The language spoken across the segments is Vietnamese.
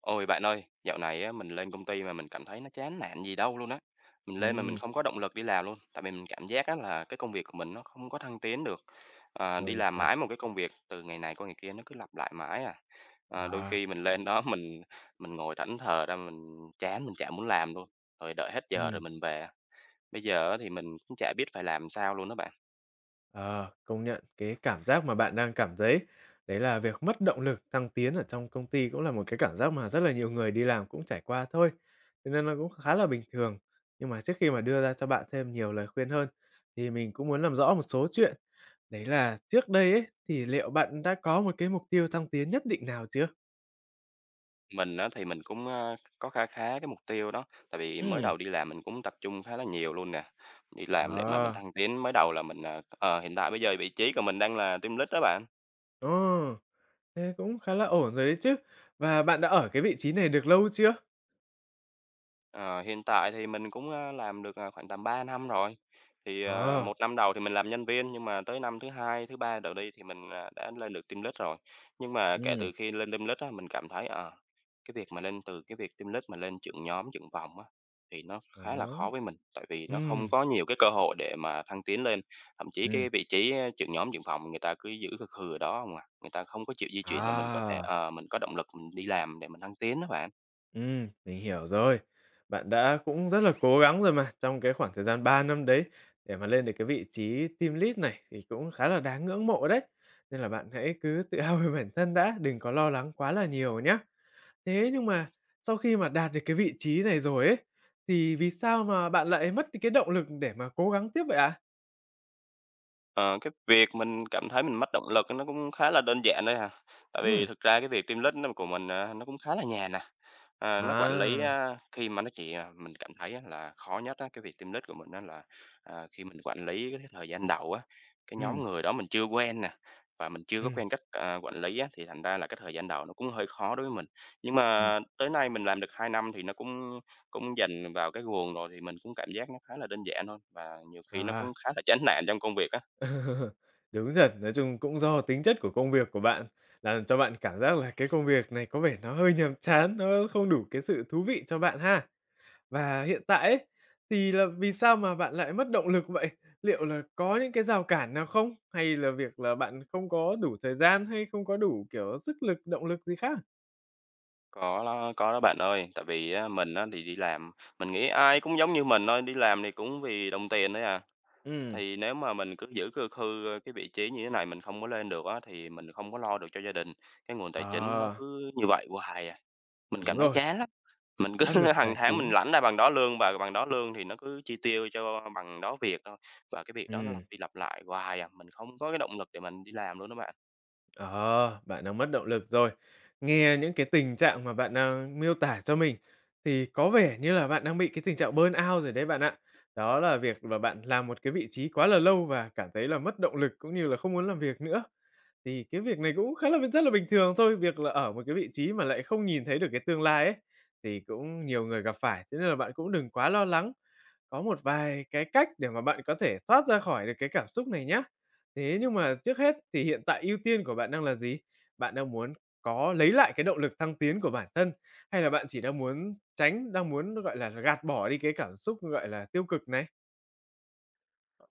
Ôi bạn ơi, dạo này á, mình lên công ty mà mình cảm thấy nó chán nản gì đâu luôn á. Mình lên mà mình Ừm. không có động lực đi làm luôn, tại vì mình cảm giác á, là cái công việc của mình nó không có thăng tiến được. Đi Rồi làm trời! mãi một cái công việc từ ngày này qua ngày kia nó cứ lặp lại mãi à. Đôi À. khi mình lên đó mình ngồi thẫn thờ ra mình chán mình chả muốn làm luôn, rồi đợi hết giờ rồi Ừm. mình về. Bây giờ á thì mình cũng chả biết phải làm sao luôn đó bạn. Ờ, công nhận cái cảm giác mà bạn đang cảm thấy đấy là việc mất động lực thăng tiến ở trong công ty cũng là một cái cảm giác mà rất là nhiều người đi làm cũng trải qua thôi, cho nên nó cũng khá là bình thường. Nhưng mà trước khi mà đưa ra cho bạn thêm nhiều lời khuyên hơn, thì mình cũng muốn làm rõ một số chuyện, đấy là trước đây ấy, thì liệu bạn đã có một cái mục tiêu thăng tiến nhất định nào chưa? Mình á thì mình cũng, có khá khá cái mục tiêu đó, tại vì mới Ừ. đầu đi làm mình cũng tập trung khá là nhiều luôn nè, đi làm để mà mình Ờ. thăng tiến. Mới đầu là mình, hiện tại bây giờ vị trí của mình đang là team lead đó bạn. Ờ, thế cũng khá là ổn rồi đấy chứ. Và bạn đã ở cái vị trí này được lâu chưa? Ờ, hiện tại thì mình cũng, làm được, khoảng tầm 3 năm rồi. Thì, Ờ. 1 năm đầu thì mình làm nhân viên, nhưng mà tới năm thứ 2 thứ 3 đầu đi thì mình, đã lên được team lead rồi. Nhưng mà kể Ừm. từ khi lên team lead á, mình cảm thấy, cái việc mà lên từ cái việc team lead mà lên trưởng nhóm, trưởng phòng á, thì nó khá là Đó. khó với mình, tại vì nó không Ừm. có nhiều cái cơ hội để mà thăng tiến lên. Thậm chí Ừm. cái vị trí trưởng nhóm, trưởng phòng người ta cứ giữ khừ khừ ở đó hông à, người ta không có chịu di chuyển để mình có thể, À. Mình có động lực mình đi làm để mình thăng tiến á bạn. Mình hiểu rồi. Bạn đã cũng rất là cố gắng rồi mà, trong cái khoảng thời gian 3 năm đấy để mà lên được cái vị trí team lead này thì cũng khá là đáng ngưỡng mộ đấy. Nên là bạn hãy cứ tự hào về bản thân đã, đừng có lo lắng quá là nhiều nhá. Thế nhưng mà sau khi mà đạt được cái vị trí này rồi ấy, thì vì sao mà bạn lại mất đi cái động lực để mà cố gắng tiếp vậy ạ? Ờ, cái việc mình cảm thấy mình mất động lực nó cũng khá là đơn giản thôi à. Tại Ừm. vì thực ra cái việc team lead nó của mình, nó cũng khá là nhàn nè. Nó quản lý, À. Khi mà nó chỉ, mình cảm thấy á là khó nhất á, cái việc team lead của mình đó là, khi mình quản lý cái thời gian đầu á, cái Ừm. nhóm người đó mình chưa quen nè, và mình chưa có Ừm. quen cách, quản lý á, thì thành ra là cái thời gian đầu nó cũng hơi khó đối với mình. Nhưng Ừm. mà tới nay mình làm được 2 năm thì nó cũng cũng dần vào cái guồng rồi, thì mình cũng cảm giác nó khá là đơn giản thôi, và nhiều khi nó cũng À. khá là chán nản trong công việc á. Đúng thật, nói chung cũng do tính chất của công việc của bạn làm cho bạn cảm giác là cái công việc này có vẻ nó hơi nhàm chán, nó không đủ cái sự thú vị cho bạn ha. Và hiện tại ấy, thì là vì sao mà bạn lại mất động lực vậy? Liệu là có những cái rào cản nào không? Hay là việc là bạn không có đủ thời gian hay không có đủ, kiểu, sức lực, động lực gì khác? Có đó bạn ơi, tại vì á, mình á, thì đi làm, mình nghĩ ai cũng giống như mình thôi, đi làm thì cũng vì đồng tiền đấy à. Ừm. Thì nếu mà mình cứ giữ cơ khư cái vị trí như thế này mình không có lên được á, thì mình không có lo được cho gia đình. Cái nguồn tài chính nó Ờ, cứ như vậy hoài à, mình đúng cảm thấy rồi, chán lắm. Mình cứ áp lực tài hàng tháng mình chính. lãnh ra bằng đó lương và bằng đó lương thì nó cứ chi tiêu cho bằng đó việc thôi. Và cái việc đó nó lặp Ừm. đi lặp lại hoài à, mình không có cái động lực để mình đi làm luôn đó bạn. Ờ, bạn đang mất động lực rồi. Nghe những cái tình trạng mà bạn đang miêu tả cho mình thì có vẻ như là bạn đang bị cái tình trạng burnout rồi đấy bạn ạ. Đó là việc mà bạn làm một cái vị trí quá là lâu và cảm thấy là mất động lực cũng như là không muốn làm việc nữa. Thì cái việc này cũng khá là rất là bình thường thôi, việc là ở một cái vị trí mà lại không nhìn thấy được cái tương lai ấy thì cũng nhiều người gặp phải, thế nên là bạn cũng đừng quá lo lắng. Có một vài cái cách để mà bạn có thể thoát ra khỏi được cái cảm xúc này nhá. Thế nhưng mà trước hết thì hiện tại ưu tiên của bạn đang là gì? Bạn đang muốn có lấy lại cái động lực thăng tiến của bản thân hay là bạn chỉ đang muốn tránh, đang muốn, gọi là, gạt bỏ đi cái cảm xúc, gọi là, tiêu cực này?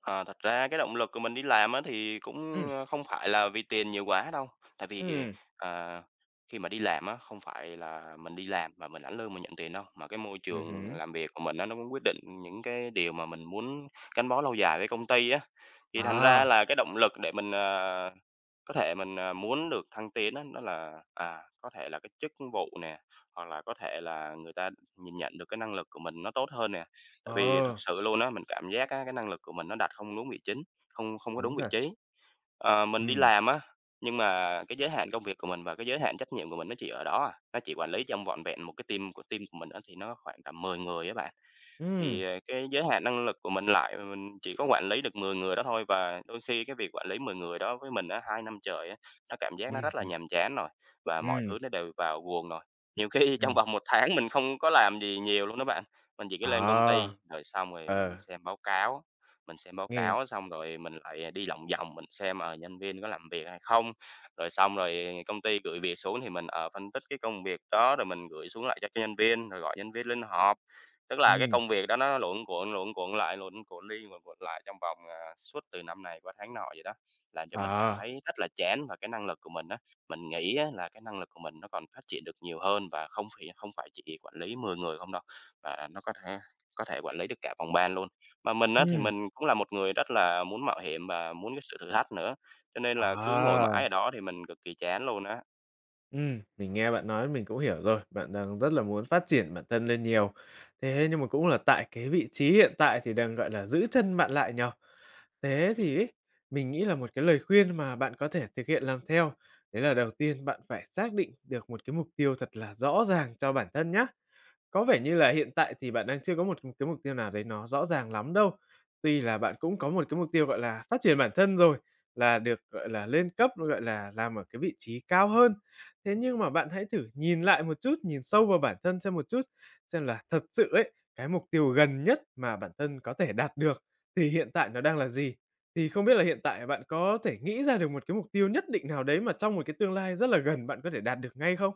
Ờ, thật ra cái động lực của mình đi làm á thì cũng, Ừm. Không phải là vì tiền nhiều quá đâu, tại vì, Ừm. ờ, khi mà đi làm á, không phải là mình đi làm mà mình lãnh lương mình nhận tiền đâu, mà cái môi Ừm trường hứm. làm việc của mình á, nó cũng quyết định những cái điều mà mình muốn gắn bó lâu dài với công ty á. Thì thành À. ra là cái động lực để mình, có thể mình, muốn được thăng tiến á, đó là, có thể là cái chức vụ nè, hoặc là có thể là người ta nhìn nhận được cái năng lực của mình nó tốt hơn nè. Tại vì Ờ, thực sự luôn á, mình cảm giác á, cái năng lực của mình nó đặt không đúng vị chính, không không có đúng đúng vị thật. trí. Mình đi Ừm. làm á, nhưng mà cái giới hạn công việc của mình và cái giới hạn trách nhiệm của mình nó chỉ ở đó à, nó chỉ quản lý trong vỏn vẹn một cái team của mình á, thì nó khoảng tầm 10 người á bạn. Ừm. Thì, cái giới hạn năng lực của mình lại và mình chỉ có quản lý được 10 người đó thôi, và đôi khi cái việc quản lý 10 người đó với mình á, 2 năm trời á, nó cảm giác nó rất là Ừm. nhàm chán rồi, và mọi Ừm. thứ nó đều vào guồng rồi. Nhiều khi trong Ừm. vòng một tháng mình không có làm gì nhiều luôn đó bạn, mình chỉ có lên công À. ty, rồi xong rồi mình Ờ. xem báo cáo, mình xem báo Nghe. cáo xong rồi mình lại đi lòng vòng mình xem, nhân viên có làm việc hay không, rồi xong rồi công ty gửi việc xuống thì mình, phân tích cái công việc đó rồi mình gửi xuống lại cho nhân viên, rồi gọi nhân viên lên họp. Tức là cái Ừm. công việc đó nó luẩn cuộn lại, luẩn cuộn đi, luẩn cuộn lại trong vòng, suốt từ năm này qua tháng nọ vậy đó, làm cho mình cảm À. thấy rất là chán và cái năng lực của mình á, mình nghĩ á là cái năng lực của mình nó còn phát triển được nhiều hơn và không phải chỉ quản lý 10 người không đâu, mà nó có thể quản lý được cả phòng ban luôn. Mà mình á thì Ừm. mình cũng là một người rất là muốn mạo hiểm và muốn cái sự thử thách nữa, cho nên là cứ ngồi À. mãi ở đó thì mình cực kỳ chán luôn á. Mình nghe bạn nói mình cũng hiểu rồi, bạn đang rất là muốn phát triển bản thân lên nhiều. Thế nhưng mà cũng là tại cái vị trí hiện tại thì đang, gọi là, giữ chân bạn lại nhỉ? Thế thì ấy, mình nghĩ là một cái lời khuyên mà bạn có thể thực hiện làm theo, đấy là đầu tiên bạn phải xác định được một cái mục tiêu thật là rõ ràng cho bản thân nhá. Có vẻ như là hiện tại thì bạn đang chưa có một cái mục tiêu nào đấy nó rõ ràng lắm đâu. Tuy là bạn cũng có một cái mục tiêu, gọi là, phát triển bản thân rồi, là được, gọi là, lên cấp, gọi là, làm ở cái vị trí cao hơn. Thế nhưng mà bạn hãy thử nhìn lại một chút, nhìn sâu vào bản thân xem một chút, xem là thật sự ấy, cái mục tiêu gần nhất mà bản thân có thể đạt được thì hiện tại nó đang là gì? Thì không biết là hiện tại bạn có thể nghĩ ra được một cái mục tiêu nhất định nào đấy mà trong một cái tương lai rất là gần bạn có thể đạt được ngay không?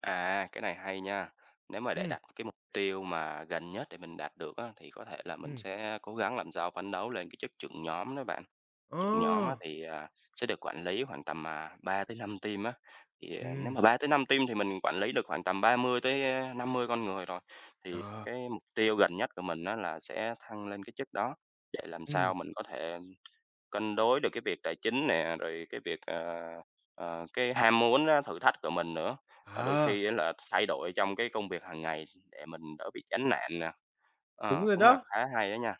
Cái này hay nha. Nếu mà để Ừm. đặt cái mục tiêu mà gần nhất để mình đạt được á, thì có thể là mình Ừm. sẽ cố gắng làm sao phấn đấu lên cái chức trưởng nhóm đó bạn. Trưởng nhóm Ờ. á, thì sẽ được quản lý khoảng tầm 3 tới 5 team á. Thì nếu Ừm. mà 3 tới 5 team thì mình quản lý được khoảng tầm 30 tới 50 con người rồi. Thì Ờ, cái mục tiêu gần nhất của mình á, là sẽ thăng lên cái chức đó để làm sao ừm, mình có thể cân đối được cái việc tài chính nè, rồi cái việc, cái ham muốn á, thử thách của mình nữa, và đôi à, khi á là thay đổi trong cái công việc hàng ngày để mình đỡ bị chán nản nè. đúng rồi Cũng là đó. khá hay đó nha.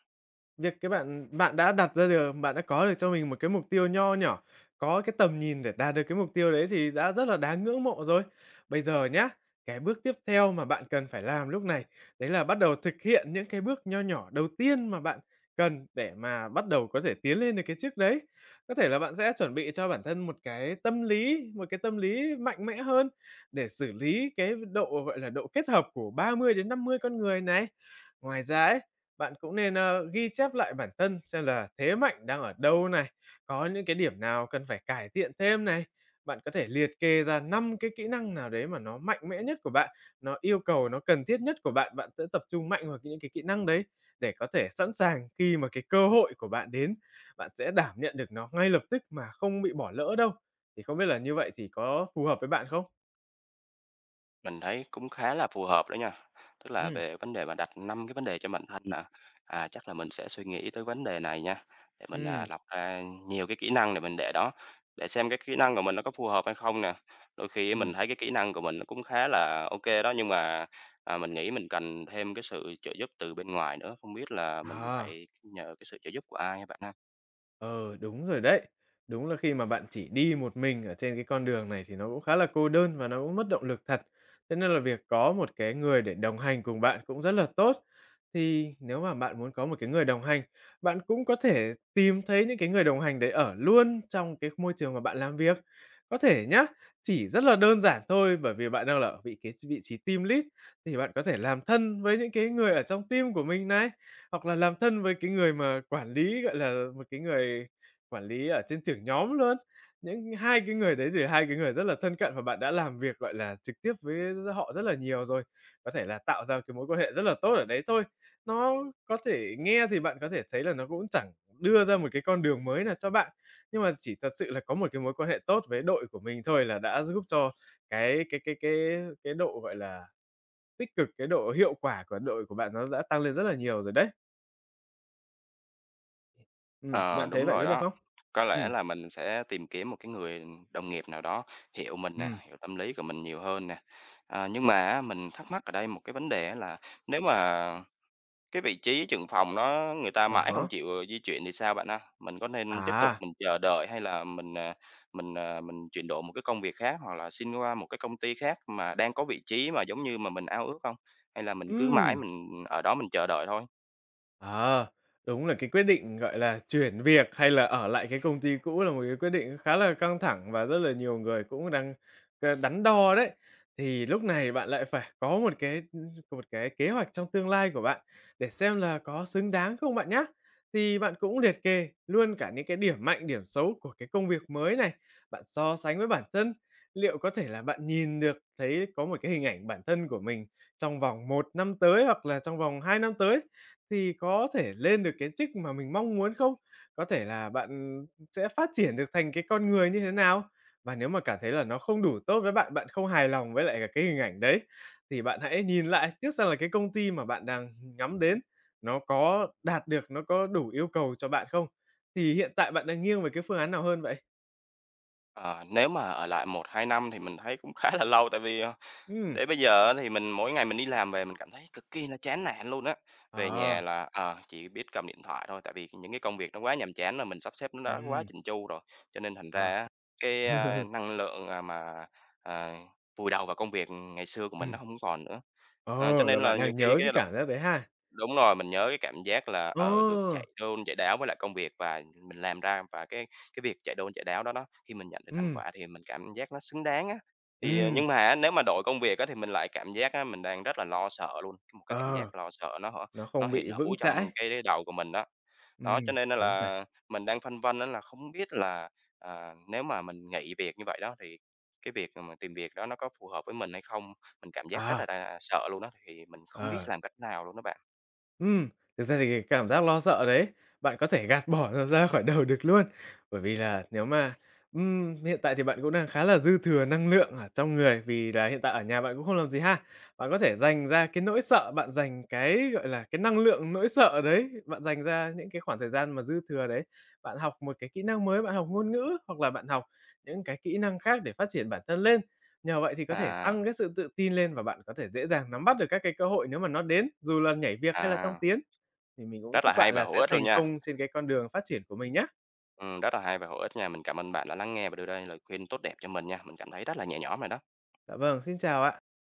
Việc cái bạn bạn đã đặt ra được bạn đã có được cho mình một cái mục tiêu nho nhỏ, có cái tầm nhìn để đạt được cái mục tiêu đấy thì đã rất là đáng ngưỡng mộ rồi. Bây giờ nhá, cái bước tiếp theo mà bạn cần phải làm lúc này, đấy là bắt đầu thực hiện những cái bước nho nhỏ đầu tiên mà bạn cần để mà bắt đầu có thể tiến lên được cái chiếc đấy. Có thể là bạn sẽ chuẩn bị cho bản thân một cái tâm lý, một cái tâm lý mạnh mẽ hơn để xử lý cái độ, gọi là, độ kết hợp của 30 đến 50 con người này. Ngoài ra ấy, bạn cũng nên, ơ, ghi chép lại bản thân xem là thế mạnh đang ở đâu này, có những cái điểm nào cần phải cải thiện thêm này. Bạn có thể liệt kê ra 5 cái kỹ năng nào đấy mà nó mạnh mẽ nhất của bạn, nó yêu cầu, nó cần thiết nhất của bạn, bạn sẽ tập trung mạnh vào những cái kỹ năng đấy để có thể sẵn sàng khi mà cái cơ hội của bạn đến, bạn sẽ đảm nhận được nó ngay lập tức mà không bị bỏ lỡ đâu. Thì không biết là như vậy thì có phù hợp với bạn không? Mình thấy cũng khá là phù hợp đó nha. Tức là Ừm. về vấn đề mà đặt 5 cái vấn đề cho bản thân nè, chắc là mình sẽ suy nghĩ tới vấn đề này nha, để mình, Ừm. Lọc ra nhiều cái kỹ năng để mình để đó, để xem cái kỹ năng của mình nó có phù hợp hay không nè. Đôi khi Ừm. mình thấy cái kỹ năng của mình nó cũng khá là ok đó, nhưng mà, mình nghĩ mình cần thêm cái sự trợ giúp từ bên ngoài nữa, không biết là mình À. phải nhờ cái sự trợ giúp của ai các bạn ha? Ờ, đúng rồi đấy. Đúng là khi mà bạn chỉ đi một mình ở trên cái con đường này thì nó cũng khá là cô đơn và nó cũng mất động lực thật. Thế nên là việc có một cái người để đồng hành cùng bạn cũng rất là tốt. Thì nếu mà bạn muốn có một cái người đồng hành, bạn cũng có thể tìm thấy những cái người đồng hành đấy ở luôn trong cái môi trường mà bạn làm việc. Có thể nhá, chỉ rất là đơn giản thôi bởi vì bạn đang là ở cái vị trí team lead thì bạn có thể làm thân với những cái người ở trong team của mình này. Hoặc là làm thân với cái người mà quản lý, gọi là, một cái người quản lý ở trên trưởng nhóm luôn. Những hai cái người đấy thì hai cái người rất là thân cận và bạn đã làm việc, gọi là, trực tiếp với họ rất là nhiều rồi, có thể là tạo ra cái mối quan hệ rất là tốt ở đấy thôi. Nó có thể nghe thì bạn có thể thấy là nó cũng chẳng đưa ra một cái con đường mới nào cho bạn, nhưng mà chỉ thật sự là có một cái mối quan hệ tốt với đội của mình thôi là đã giúp cho cái độ, gọi là, tích cực, cái độ hiệu quả của đội của bạn nó đã tăng lên rất là nhiều rồi đấy. Ờ, Bạn thấy đúng vậy rồi có được đó. không? Có Ừm. lẽ là mình sẽ tìm kiếm một cái người đồng nghiệp nào đó hiểu mình nè, Ừm. hiểu tâm lý của mình nhiều hơn nè. Nhưng mà á, mình thắc mắc ở đây một cái vấn đề á là nếu mà cái vị trí trưởng phòng nó người ta mãi không À chịu di chuyển thì sao bạn ha? Mình có nên tiếp há. tục À. mình chờ đợi hay là mình chuyển đổi một cái công việc khác hoặc là xin qua một cái công ty khác mà đang có vị trí mà giống như mà mình ao ước không? Hay là mình cứ Ừm. mãi mình ở đó mình chờ đợi thôi? À, đúng là cái quyết định, gọi là, chuyển việc hay là ở lại cái công ty cũ là một cái quyết định khá là căng thẳng và rất là nhiều người cũng đang, ờ, đắn đo đấy. Thì lúc này bạn lại phải có một cái kế hoạch trong tương lai của bạn để xem là có xứng đáng không bạn nhá. Thì bạn cũng liệt kê luôn cả những cái điểm mạnh, điểm xấu của cái công việc mới này, bạn so sánh với bản thân, liệu có thể là bạn nhìn được thấy có một cái hình ảnh bản thân của mình trong vòng một năm tới hoặc là trong vòng 2 năm tới. Thì có thể lên được cái chức mà mình mong muốn không? Có thể là bạn sẽ phát triển được thành cái con người như thế nào? Và nếu mà cảm thấy là nó không đủ tốt với bạn, bạn không hài lòng với lại cả cái hình ảnh đấy, thì bạn hãy nhìn lại tiếc xem là cái công ty mà bạn đang ngắm đến nó có đạt được, nó có đủ yêu cầu cho bạn không? Thì hiện tại bạn đang nghiêng về cái phương án nào hơn vậy? Ờ, nếu mà ở lại một hai năm thì mình thấy cũng khá là lâu, tại vì, Ừm. để bây giờ á thì mình mỗi ngày mình đi làm về mình cảm thấy cực kỳ là chán nản luôn á. Về nhà Ờ. là, chỉ biết cầm điện thoại thôi, tại vì những cái công việc nó quá nhàm chán rồi, mình sắp xếp nó đã quá Ừm. chỉn chu rồi, cho nên thành ra Ờ. á, cái, năng lượng, mà, à, vùi đầu vào công việc ngày xưa của mình ừm, nó không còn nữa. Cho ờ, là nên bạn là nhiều đang khi nhớ cái cái động cảm giác đấy ha? đúng rồi, mình nhớ cái cảm giác là, được Ờ. chạy đôn chạy đáo với lại công việc và mình làm ra và cái việc chạy đôn chạy đáo đó đó, khi mình nhận được thành Ừm. quả thì mình cảm giác nó xứng đáng á. Thì, Ừm. nhưng mà á, nếu mà đổi công việc á, thì mình lại cảm giác á, mình đang rất là lo sợ luôn, một cái cảm Ờ. giác lo sợ nó hả, Nó nó không hiện bị hữu vững chãi. trong cái đầu của mình đó. Ừm, Đó, cho nên đúng rồi. là mình đang phân vân đó là không biết là, nếu mà mình nghỉ việc như vậy đó, thì cái việc mà tìm việc đó nó có phù hợp với mình hay không? Mình cảm giác rất là À. đà sợ luôn đó thì mình không biết Ờ. làm cách nào luôn đó bạn. ừm, Thực ra thì cái cảm giác lo sợ đấy, bạn có thể gạt bỏ nó ra khỏi đầu được luôn. Bởi vì là nếu mà hiện tại thì bạn cũng đang khá là dư thừa năng lượng ở trong người, vì là hiện tại ở nhà bạn cũng không làm gì ha. Bạn có thể dành ra cái nỗi sợ, bạn dành cái, gọi là, cái năng lượng nỗi sợ đấy, bạn dành ra những cái khoảng thời gian mà dư thừa đấy, bạn học một cái kỹ năng mới, bạn học ngôn ngữ, hoặc là bạn học những cái kỹ năng khác để phát triển bản thân lên. Nhờ vậy thì có thể À, tăng cái sự tự tin lên và bạn có thể dễ dàng nắm bắt được các cái cơ hội nếu mà nó đến, dù là nhảy việc hay là thăng à, tiến. Thì mình cũng rất là chúc hay bạn và là hữu sẽ ích luôn thành nha. công trên cái con đường phát triển của mình nhé. Rất là hay và hữu ích nha. Mình cảm ơn bạn đã lắng nghe và đưa ra lời khuyên tốt đẹp cho mình nha. Mình cảm thấy rất là nhẹ nhõm rồi đó. Dạ vâng, xin chào ạ.